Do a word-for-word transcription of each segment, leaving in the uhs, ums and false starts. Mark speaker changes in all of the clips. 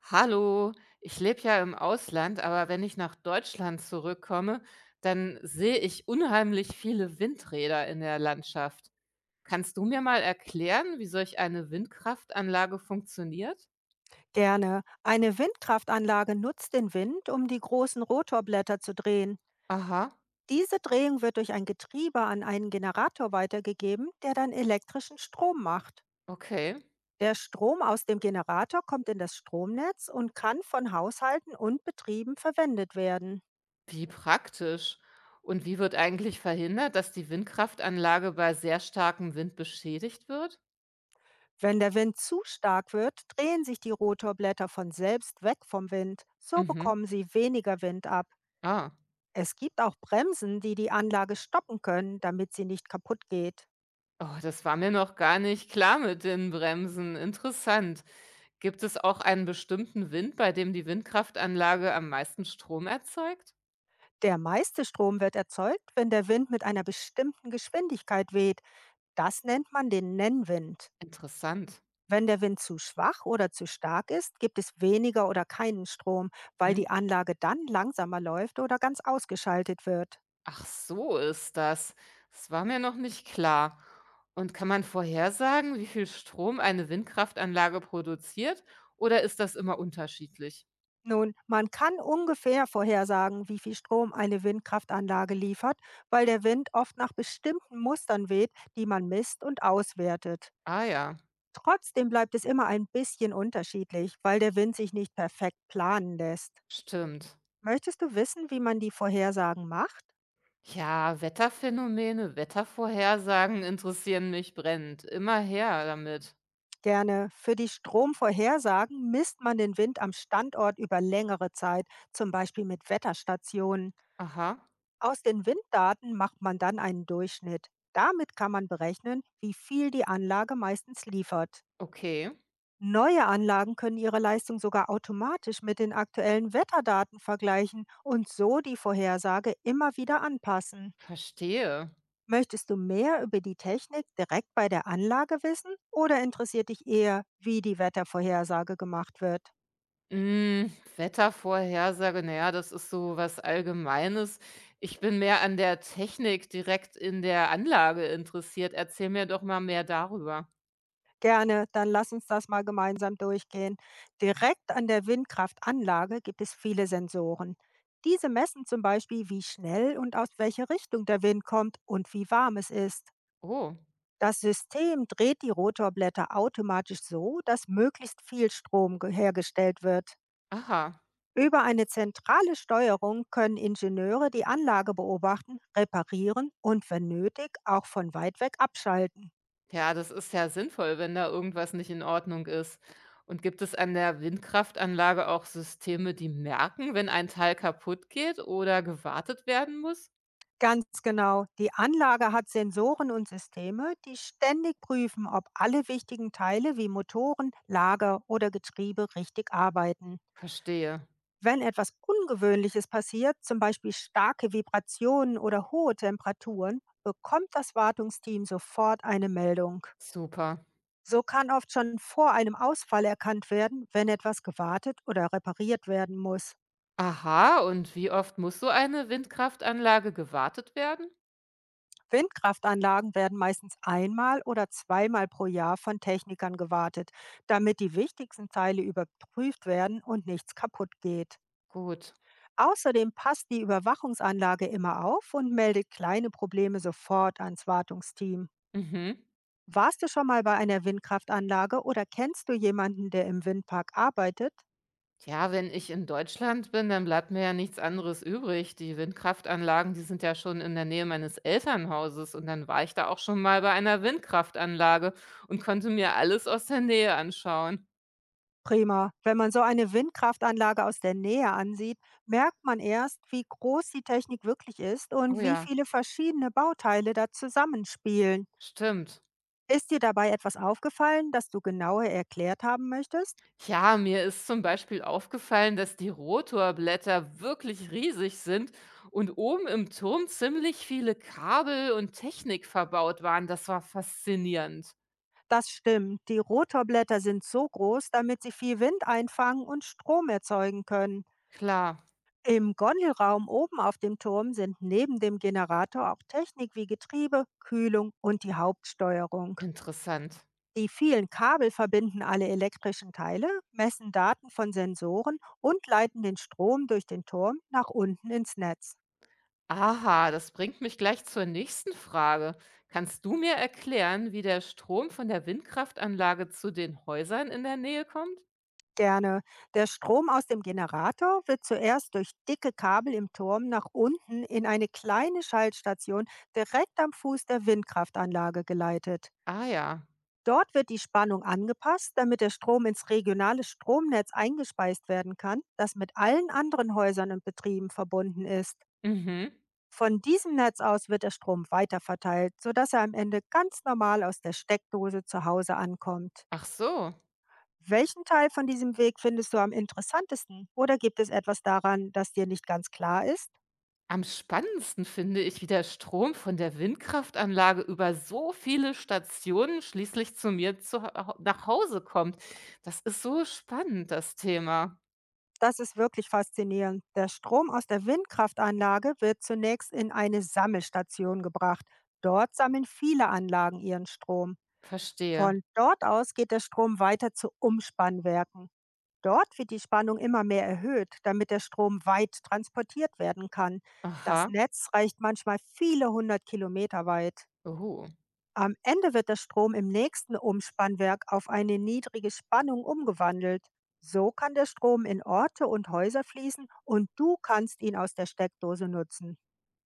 Speaker 1: Hallo, ich lebe ja im Ausland, aber wenn ich nach Deutschland zurückkomme, dann sehe ich unheimlich viele Windräder in der Landschaft. Kannst du mir mal erklären, wie solch eine Windkraftanlage funktioniert?
Speaker 2: Gerne. Eine Windkraftanlage nutzt den Wind, um die großen Rotorblätter zu drehen.
Speaker 1: Aha,
Speaker 2: Diese Drehung wird durch ein Getriebe an einen Generator weitergegeben, der dann elektrischen Strom macht.
Speaker 1: okay.
Speaker 2: Der Strom aus dem Generator kommt in das Stromnetz und kann von Haushalten und Betrieben verwendet werden.
Speaker 1: Wie praktisch. Und wie wird eigentlich verhindert, dass die Windkraftanlage bei sehr starkem Wind beschädigt wird?
Speaker 2: Wenn der Wind zu stark wird, drehen sich die Rotorblätter von selbst weg vom Wind. So
Speaker 1: Mhm.
Speaker 2: bekommen sie weniger Wind ab.
Speaker 1: Ah.
Speaker 2: Es gibt auch Bremsen, die die Anlage stoppen können, damit sie nicht kaputt geht.
Speaker 1: Oh, das war mir noch gar nicht klar mit den Bremsen. Interessant. Gibt es auch einen bestimmten Wind, bei dem die Windkraftanlage am meisten Strom erzeugt?
Speaker 2: Der meiste Strom wird erzeugt, wenn der Wind mit einer bestimmten Geschwindigkeit weht. Das nennt man den Nennwind.
Speaker 1: Interessant.
Speaker 2: Wenn der Wind zu schwach oder zu stark ist, gibt es weniger oder keinen Strom, weil die
Speaker 1: Mhm.
Speaker 2: Anlage dann langsamer läuft oder ganz ausgeschaltet wird.
Speaker 1: Ach, so ist das. Das war mir noch nicht klar. Und kann man vorhersagen, wie viel Strom eine Windkraftanlage produziert? Oder ist das immer unterschiedlich?
Speaker 2: Nun, man kann ungefähr vorhersagen, wie viel Strom eine Windkraftanlage liefert, weil der Wind oft nach bestimmten Mustern weht, die man misst und auswertet.
Speaker 1: Ah ja,
Speaker 2: Trotzdem bleibt es immer ein bisschen unterschiedlich, weil der Wind sich nicht perfekt planen lässt.
Speaker 1: stimmt.
Speaker 2: Möchtest du wissen, wie man die Vorhersagen macht?
Speaker 1: Ja, Wetterphänomene, Wettervorhersagen interessieren mich brennend. Immer her damit.
Speaker 2: Gerne. Für die Stromvorhersagen misst man den Wind am Standort über längere Zeit, zum Beispiel mit Wetterstationen.
Speaker 1: Aha,
Speaker 2: Aus den Winddaten macht man dann einen Durchschnitt. Damit kann man berechnen, wie viel die Anlage meistens liefert.
Speaker 1: okay,
Speaker 2: Neue Anlagen können ihre Leistung sogar automatisch mit den aktuellen Wetterdaten vergleichen und so die Vorhersage immer wieder anpassen.
Speaker 1: verstehe.
Speaker 2: Möchtest du mehr über die Technik direkt bei der Anlage wissen oder interessiert dich eher, wie die Wettervorhersage gemacht wird?
Speaker 1: Hm, Wettervorhersage, naja, das ist so was Allgemeines. Ich bin mehr an der Technik direkt in der Anlage interessiert. Erzähl mir doch mal mehr darüber.
Speaker 2: Gerne, dann lass uns das mal gemeinsam durchgehen. Direkt an der Windkraftanlage gibt es viele Sensoren. Diese messen zum Beispiel, wie schnell und aus welcher Richtung der Wind kommt und wie warm es ist.
Speaker 1: Oh,
Speaker 2: Das System dreht die Rotorblätter automatisch so, dass möglichst viel Strom ge- hergestellt wird.
Speaker 1: aha.
Speaker 2: Über eine zentrale Steuerung können Ingenieure die Anlage beobachten, reparieren und wenn nötig auch von weit weg abschalten.
Speaker 1: Ja, das ist ja sinnvoll, wenn da irgendwas nicht in Ordnung ist. Und gibt es an der Windkraftanlage auch Systeme, die merken, wenn ein Teil kaputt geht oder gewartet werden muss?
Speaker 2: Ganz genau, die Anlage hat Sensoren und Systeme, die ständig prüfen, ob alle wichtigen Teile wie Motoren, Lager oder Getriebe richtig arbeiten.
Speaker 1: Verstehe.
Speaker 2: Wenn etwas Ungewöhnliches passiert, zum Beispiel starke Vibrationen oder hohe Temperaturen, bekommt das Wartungsteam sofort eine Meldung.
Speaker 1: Super.
Speaker 2: So kann oft schon vor einem Ausfall erkannt werden, wenn etwas gewartet oder repariert werden muss.
Speaker 1: Aha, und wie oft muss so eine Windkraftanlage gewartet werden?
Speaker 2: Windkraftanlagen werden meistens einmal oder zweimal pro Jahr von Technikern gewartet, damit die wichtigsten Teile überprüft werden und nichts kaputt geht.
Speaker 1: Gut.
Speaker 2: Außerdem passt die Überwachungsanlage immer auf und meldet kleine Probleme sofort ans Wartungsteam.
Speaker 1: Mhm.
Speaker 2: Warst du schon mal bei einer Windkraftanlage oder kennst du jemanden, der im Windpark arbeitet?
Speaker 1: Ja, wenn ich in Deutschland bin, dann bleibt mir ja nichts anderes übrig. Die Windkraftanlagen, die sind ja schon in der Nähe meines Elternhauses und dann war ich da auch schon mal bei einer Windkraftanlage und konnte mir alles aus der Nähe anschauen.
Speaker 2: Prima. Wenn man so eine Windkraftanlage aus der Nähe ansieht, merkt man erst, wie groß die Technik wirklich ist
Speaker 1: Oh
Speaker 2: und wie
Speaker 1: ja,
Speaker 2: viele verschiedene Bauteile da zusammenspielen.
Speaker 1: stimmt.
Speaker 2: Ist dir dabei etwas aufgefallen, das du genauer erklärt haben möchtest?
Speaker 1: Ja, mir ist zum Beispiel aufgefallen, dass die Rotorblätter wirklich riesig sind und oben im Turm ziemlich viele Kabel und Technik verbaut waren. Das war faszinierend.
Speaker 2: Das stimmt. Die Rotorblätter sind so groß, damit sie viel Wind einfangen und Strom erzeugen können.
Speaker 1: Klar,
Speaker 2: Im Gondelraum oben auf dem Turm sind neben dem Generator auch Technik wie Getriebe, Kühlung und die Hauptsteuerung.
Speaker 1: interessant.
Speaker 2: Die vielen Kabel verbinden alle elektrischen Teile, messen Daten von Sensoren und leiten den Strom durch den Turm nach unten ins Netz.
Speaker 1: Aha, das bringt mich gleich zur nächsten Frage. Kannst du mir erklären, wie der Strom von der Windkraftanlage zu den Häusern in der Nähe kommt?
Speaker 2: Gerne. Der Strom aus dem Generator wird zuerst durch dicke Kabel im Turm nach unten in eine kleine Schaltstation direkt am Fuß der Windkraftanlage geleitet.
Speaker 1: Ah ja.
Speaker 2: Dort wird die Spannung angepasst, damit der Strom ins regionale Stromnetz eingespeist werden kann, das mit allen anderen Häusern und Betrieben verbunden ist.
Speaker 1: Mhm.
Speaker 2: Von diesem Netz aus wird der Strom weiterverteilt, sodass er am Ende ganz normal aus der Steckdose zu Hause ankommt.
Speaker 1: Ach so.
Speaker 2: Welchen Teil von diesem Weg findest du am interessantesten? Oder gibt es etwas daran, das dir nicht ganz klar ist?
Speaker 1: Am spannendsten finde ich, wie der Strom von der Windkraftanlage über so viele Stationen schließlich zu mir zu, hau- nach Hause kommt. Das ist so spannend, das Thema.
Speaker 2: Das ist wirklich faszinierend. Der Strom aus der Windkraftanlage wird zunächst in eine Sammelstation gebracht. Dort sammeln viele Anlagen ihren Strom.
Speaker 1: Verstehe.
Speaker 2: Von dort aus geht der Strom weiter zu Umspannwerken. Dort wird die Spannung immer mehr erhöht, damit der Strom weit transportiert werden kann. Das
Speaker 1: Aha.
Speaker 2: Netz reicht manchmal viele hundert Kilometer weit.
Speaker 1: Oh.
Speaker 2: Am Ende wird der Strom im nächsten Umspannwerk auf eine niedrige Spannung umgewandelt. So kann der Strom in Orte und Häuser fließen und du kannst ihn aus der Steckdose nutzen.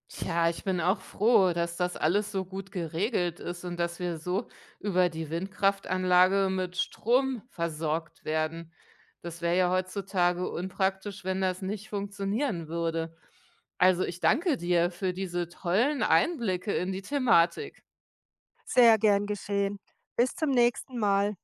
Speaker 1: Tja, ich bin auch froh, dass das alles so gut geregelt ist und dass wir so über die Windkraftanlage mit Strom versorgt werden. Das wäre ja heutzutage unpraktisch, wenn das nicht funktionieren würde. Also ich danke dir für diese tollen Einblicke in die Thematik.
Speaker 2: Sehr gern geschehen. Bis zum nächsten Mal.